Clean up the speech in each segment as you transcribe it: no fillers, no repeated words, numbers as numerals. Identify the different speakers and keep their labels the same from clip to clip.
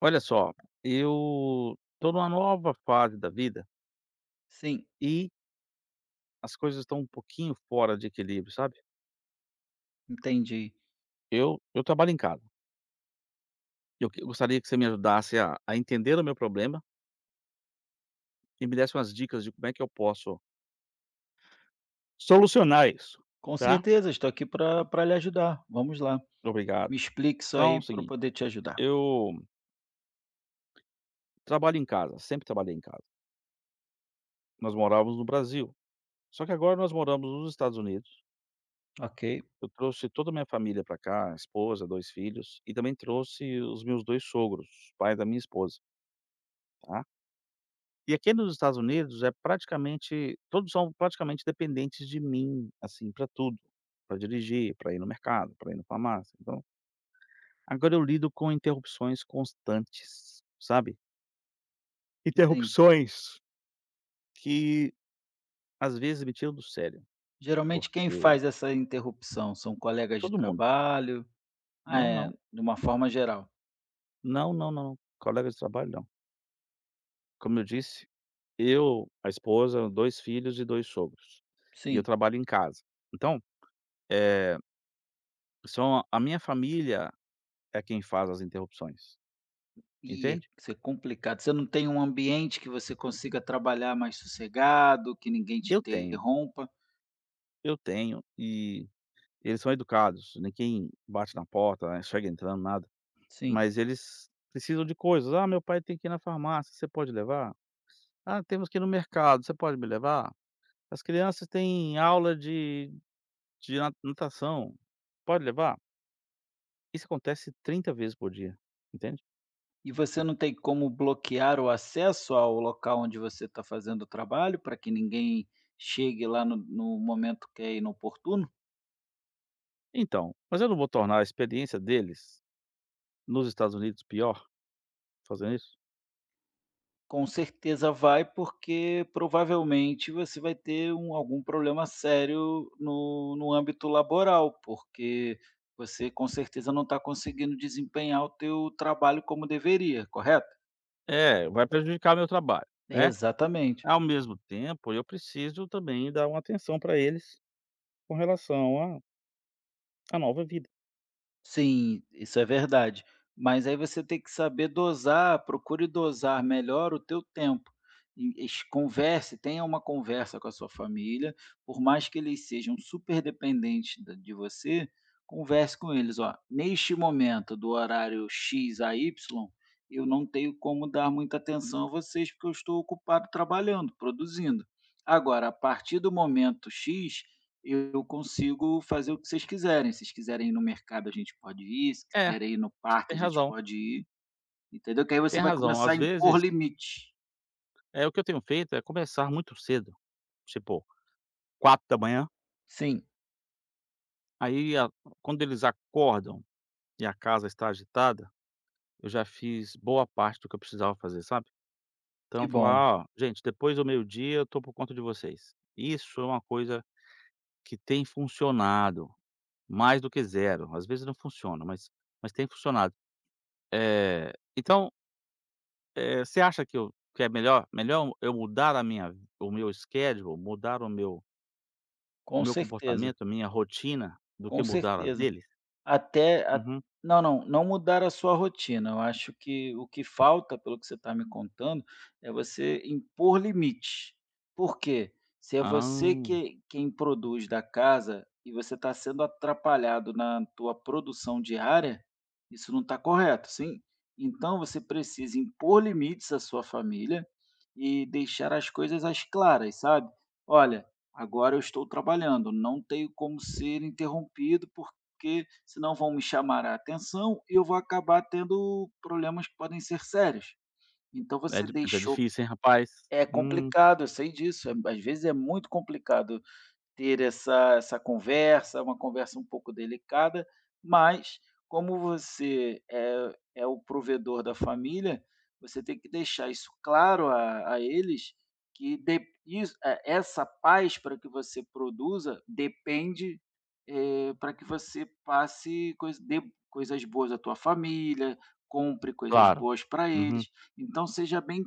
Speaker 1: Olha só, eu tô numa nova fase da vida
Speaker 2: Sim,
Speaker 1: e as coisas estão um pouquinho fora de equilíbrio, sabe.
Speaker 2: entendi.
Speaker 1: Eu trabalho em casa, eu que eu gostaria que você me ajudasse a entender o meu problema e me desse umas dicas de como é que eu posso solucionar isso,
Speaker 2: Com
Speaker 1: tá.
Speaker 2: certeza, estou aqui para lhe ajudar. Vamos lá.
Speaker 1: Obrigado.
Speaker 2: Me explique isso
Speaker 1: Então é
Speaker 2: aí
Speaker 1: o
Speaker 2: para eu
Speaker 1: seguinte,
Speaker 2: poder te ajudar.
Speaker 1: eu trabalho em casa, sempre trabalhei em casa. Nós morávamos no Brasil, só que agora nós moramos nos Estados Unidos.
Speaker 2: Ok,
Speaker 1: Eu trouxe toda a minha família para cá, esposa, 2 filhos, e também trouxe os meus 2 sogros, pai da minha esposa, tá. E aqui nos Estados Unidos é praticamente todos são praticamente dependentes de mim, assim, para tudo, para dirigir, para ir no mercado, para ir na farmácia, então agora eu lido com interrupções constantes, sabe.
Speaker 2: entendi.
Speaker 1: Interrupções que às vezes me tiram do sério,
Speaker 2: Geralmente quem
Speaker 1: porque
Speaker 2: faz essa interrupção são colegas de
Speaker 1: todo mundo:
Speaker 2: trabalho? Ah,
Speaker 1: "Não,
Speaker 2: é,
Speaker 1: não,
Speaker 2: de uma forma geral.
Speaker 1: não, não, não, não, colega de trabalho não". Como eu disse, eu, a esposa, 2 filhos e 2 sogros, e eu
Speaker 2: Sim.
Speaker 1: trabalho em casa. Então, eh, são a minha família é quem faz as interrupções.
Speaker 2: E
Speaker 1: Entende?
Speaker 2: isso é complicado. Você não tem um ambiente que você consiga trabalhar mais sossegado, que ninguém te
Speaker 1: Eu tenho,
Speaker 2: interrompa?
Speaker 1: eu tenho, e eles são educados, ninguém bate na porta, né, chega entrando, nada.
Speaker 2: Sim.
Speaker 1: Mas eles precisam de coisas: "Ah, meu pai tem que ir na farmácia, você pode levar? Ah, temos que ir no mercado, você pode me levar? As crianças têm aula de na natação, pode levar?". Isso acontece 30 vezes por dia, entende?
Speaker 2: E você não tem como bloquear o acesso ao local onde você está fazendo o trabalho, para que ninguém chegue lá no momento que é inoportuno?
Speaker 1: Então, mas eu não vou tornar a experiência deles nos Estados Unidos pior fazendo isso?
Speaker 2: Com certeza vai, porque provavelmente você vai ter algum problema sério no âmbito laboral, porque você com certeza não está conseguindo desempenhar o teu trabalho como deveria, correto?
Speaker 1: É, vai prejudicar meu trabalho, né?
Speaker 2: Exatamente.
Speaker 1: Ao mesmo tempo, eu preciso também dar uma atenção para eles com relação à nova vida.
Speaker 2: Sim, isso é verdade. Mas aí você tem que saber dosar, procure dosar melhor o teu tempo. E es converse, tenha uma conversa com a sua família, por mais que eles sejam super dependentes da de você, converse com eles: "Ó, neste momento do horário X a Y, eu não tenho como dar muita atenção a vocês, porque eu estou ocupado trabalhando, produzindo. Agora, a partir do momento X, eu consigo fazer o que vocês quiserem. Se vocês quiserem ir no mercado, a gente pode ir, se
Speaker 1: É,
Speaker 2: quiserem ir no
Speaker 1: você
Speaker 2: parque,
Speaker 1: tem
Speaker 2: a gente
Speaker 1: razão,
Speaker 2: pode ir, entendeu? Que aí você
Speaker 1: tem
Speaker 2: vai
Speaker 1: razão.
Speaker 2: começar a
Speaker 1: Às
Speaker 2: impor
Speaker 1: vezes,
Speaker 2: limite.
Speaker 1: é o que eu tenho feito é começar muito cedo, tipo 4 da manhã,
Speaker 2: Sim,
Speaker 1: aí a quando eles acordam e a casa está agitada, eu já fiz boa parte do que eu precisava fazer, sabe. Então
Speaker 2: que
Speaker 1: eu
Speaker 2: bom.
Speaker 1: falar: "Ó, gente, depois do meio-dia eu tô por conta de vocês". Isso é uma coisa que tem funcionado mais do que zero. Às vezes não funciona, mas tem funcionado. Eh, então, você acha que eu que é melhor eu mudar a minha o meu schedule, mudar o meu o
Speaker 2: Com
Speaker 1: meu
Speaker 2: certeza,
Speaker 1: comportamento, a minha rotina, do
Speaker 2: com
Speaker 1: que mudar a
Speaker 2: certeza.
Speaker 1: deles?
Speaker 2: Até a
Speaker 1: Uhum.
Speaker 2: Não, não, não mudar a sua rotina, eu acho que o que falta, pelo que você está me contando, é você impor limite. Por quê? Se é você
Speaker 1: Ah,
Speaker 2: quem produz da casa e você está sendo atrapalhado na tua produção diária, isso não está correto, sim? Então você precisa impor limites à sua família e deixar as coisas às claras, sabe? "Olha, agora eu estou trabalhando, não tenho como ser interrompido por" porque senão vão me chamar a atenção e eu vou acabar tendo problemas que podem ser sérios. Então
Speaker 1: é
Speaker 2: você
Speaker 1: di é
Speaker 2: deixou
Speaker 1: difícil, hein, rapaz.
Speaker 2: É complicado, eu sei disso, às vezes é muito complicado ter essa conversa, uma conversa um pouco delicada, mas como você é o provedor da família, você tem que deixar isso claro a eles que de isso eh, essa paz para que você produza depende, para que você passe coisa dê coisas boas à tua família, compre coisas
Speaker 1: Claro.
Speaker 2: boas para
Speaker 1: Uhum.
Speaker 2: eles. Então seja bem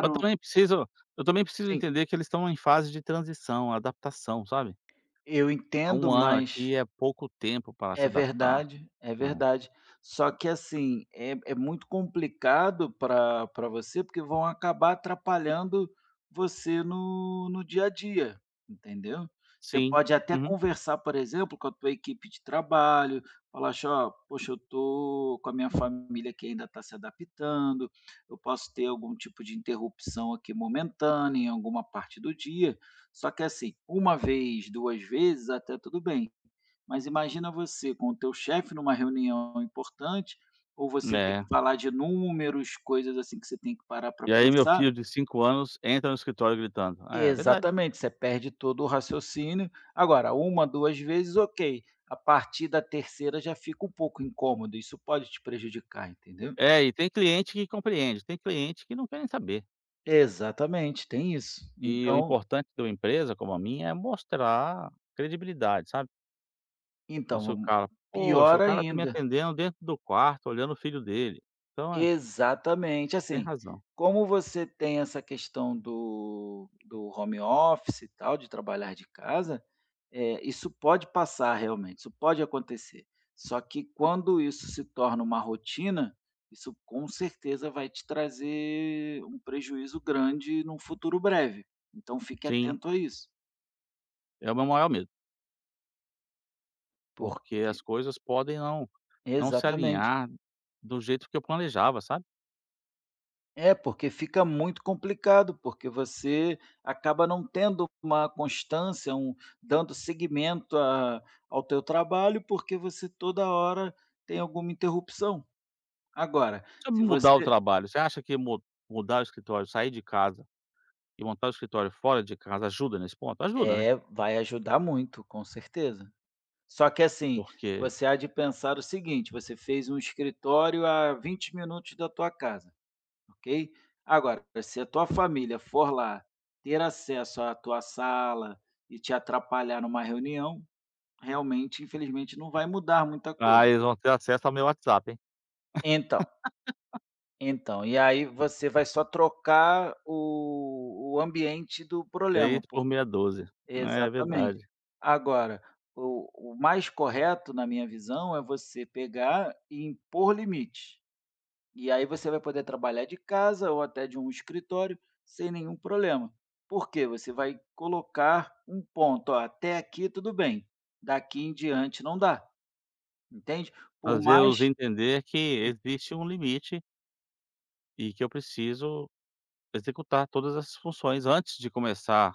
Speaker 1: Mas também preciso eu também preciso
Speaker 2: Sim,
Speaker 1: entender que eles estão em fase de transição, adaptação, sabe.
Speaker 2: eu entendo,
Speaker 1: Um ano
Speaker 2: mas
Speaker 1: aqui é pouco tempo para se
Speaker 2: é
Speaker 1: adaptar.
Speaker 2: verdade, é
Speaker 1: É.
Speaker 2: verdade. Só que assim, é muito complicado para você, porque vão acabar atrapalhando você no dia a dia, entendeu? Você
Speaker 1: Sim.
Speaker 2: pode até
Speaker 1: Uhum.
Speaker 2: conversar, por exemplo, com a tua equipe de trabalho, falar assim: "Ó, poxa, eu tô com a minha família que ainda está se adaptando, eu posso ter algum tipo de interrupção aqui momentânea em alguma parte do dia". Só que assim, uma vez, 2 vezes, até tudo bem. Mas imagina você com o teu chefe numa reunião importante, ou você tem que
Speaker 1: É.
Speaker 2: falar de números, coisas assim que você tem que parar para
Speaker 1: E aí meu
Speaker 2: pensar.
Speaker 1: filho de 5 anos entra no escritório gritando. É, é verdade.
Speaker 2: Exatamente, você perde todo o raciocínio. Agora, uma, 2 vezes, ok. A partir da terceira já fica um pouco incômodo, isso pode te prejudicar, entendeu?
Speaker 1: É, e tem cliente que compreende, tem cliente que não quer nem saber.
Speaker 2: Exatamente, tem isso.
Speaker 1: E o importante de uma empresa como a minha é mostrar credibilidade, sabe. Então
Speaker 2: Então,
Speaker 1: se o
Speaker 2: vamos-
Speaker 1: cara: "Poxa,
Speaker 2: Pior
Speaker 1: o cara tá me
Speaker 2: ainda.
Speaker 1: atendendo dentro do quarto, olhando o filho dele". Então é,
Speaker 2: Exatamente.
Speaker 1: tem
Speaker 2: Assim,
Speaker 1: razão.
Speaker 2: como você tem essa questão do home office e tal, de trabalhar de casa, isso pode passar realmente, isso pode acontecer. Só que quando isso se torna uma rotina, isso com certeza vai te trazer um prejuízo grande num futuro breve. Então fique
Speaker 1: Sim,
Speaker 2: atento a isso,
Speaker 1: é o meu maior medo, porque as
Speaker 2: porque
Speaker 1: coisas podem não se
Speaker 2: exatamente.
Speaker 1: alinhar do jeito que eu planejava, sabe.
Speaker 2: É, porque fica muito complicado, porque você acaba não tendo uma constância, um dando seguimento a ao teu trabalho, porque você toda hora tem alguma interrupção. Agora,
Speaker 1: Se eu
Speaker 2: se
Speaker 1: mudar o
Speaker 2: você
Speaker 1: trabalho, você acha que mu mudar o escritório, sair de casa e montar o escritório fora de casa ajuda nesse ponto? Ajuda, né,
Speaker 2: é, vai ajudar muito, com certeza. Só que assim,
Speaker 1: porque
Speaker 2: você há de pensar o seguinte: você fez um escritório a 20 minutos da tua casa. Ok? Agora, se a tua família for lá ter acesso à tua sala e te atrapalhar numa reunião, realmente, infelizmente, não vai mudar muita
Speaker 1: ah,
Speaker 2: coisa.
Speaker 1: eles vão ter acesso ao meu WhatsApp, hein.
Speaker 2: Então, e aí você vai só trocar o ambiente do problema,
Speaker 1: 6 por
Speaker 2: porque
Speaker 1: meia dúzia. É
Speaker 2: exatamente.
Speaker 1: verdade.
Speaker 2: Agora, o mais correto, na minha visão, é você pegar e impor limites. E aí você vai poder trabalhar de casa ou até de um escritório sem nenhum problema. Porque você vai colocar um ponto, ó, até aqui tudo bem, daqui em diante não dá, entende? Por mais
Speaker 1: Fazê-los entender que existe um limite e que eu preciso executar todas as funções antes de começar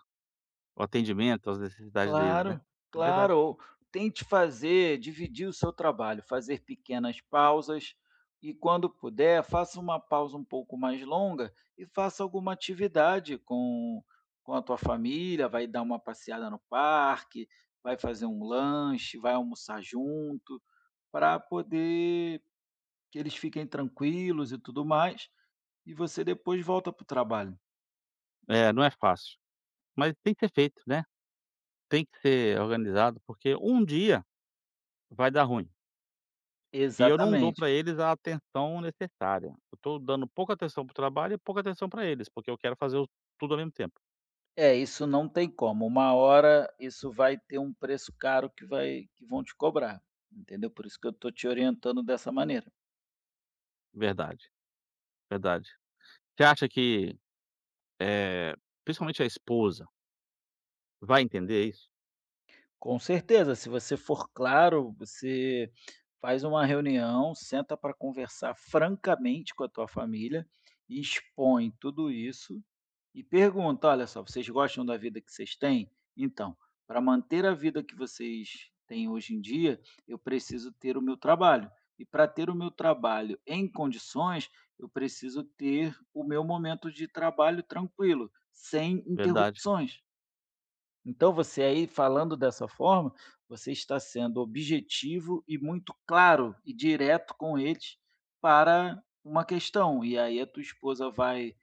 Speaker 1: o atendimento às necessidades deles, né.
Speaker 2: Claro,
Speaker 1: Verdade.
Speaker 2: claro. Ou tente fazer, dividir o seu trabalho, fazer pequenas pausas e, quando puder, faça uma pausa um pouco mais longa e faça alguma atividade com a tua família. Vai dar uma passeada no parque, vai fazer um lanche, vai almoçar junto, para poder que eles fiquem tranquilos e tudo mais. E você depois volta para o trabalho.
Speaker 1: É, não é fácil, mas tem que ser feito, né. Tem que ser organizado, porque um dia vai dar ruim e eu não dou
Speaker 2: Exatamente.
Speaker 1: para eles a atenção necessária. Eu estou dando pouca atenção para o trabalho e pouca atenção para eles, porque eu quero fazer o tudo ao mesmo tempo.
Speaker 2: É, isso não tem como. Uma hora isso vai ter um preço caro que vai que vão te cobrar, entendeu? Por isso que eu estou te orientando dessa maneira.
Speaker 1: Verdade, verdade. Você acha que Eh, principalmente a esposa, vai entender isso?
Speaker 2: Com certeza, se você for claro, você faz uma reunião, senta para conversar francamente com a tua família, expõe tudo isso. E pergunta: "Olha só, vocês gostam da vida que vocês têm? Então, para manter a vida que vocês têm hoje em dia, eu preciso ter o meu trabalho. E para ter o meu trabalho em condições, eu preciso ter o meu momento de trabalho tranquilo, sem
Speaker 1: Verdade,
Speaker 2: interrupções. Então você aí falando dessa forma, você está sendo objetivo e muito claro e direto com eles para uma questão. E aí a tua esposa vai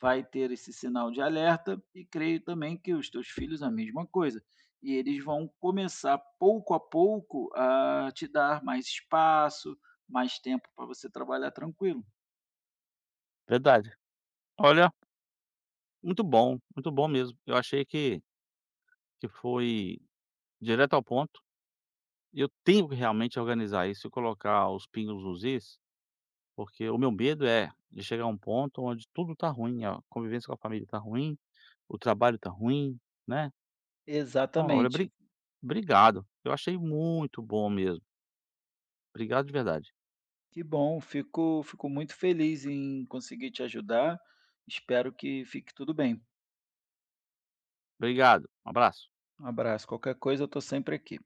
Speaker 2: vai ter esse sinal de alerta e creio também que os teus filhos a mesma coisa. E eles vão começar pouco a pouco a te dar mais espaço, mais tempo para você trabalhar tranquilo.
Speaker 1: verdade. Olha, muito bom mesmo. Eu achei que foi direto ao ponto e eu tenho que realmente organizar isso e colocar os pingos nos is, porque o meu medo é de chegar a um ponto onde tudo tá ruim, a convivência com a família tá ruim, o trabalho tá ruim, né. Não, olha,
Speaker 2: Exatamente.
Speaker 1: bri obrigado, eu achei muito bom mesmo. Obrigado de verdade.
Speaker 2: Que bom, fico muito feliz em conseguir te ajudar. Espero que fique tudo bem.
Speaker 1: Obrigado, um abraço.
Speaker 2: Um abraço, qualquer coisa eu estou sempre aqui.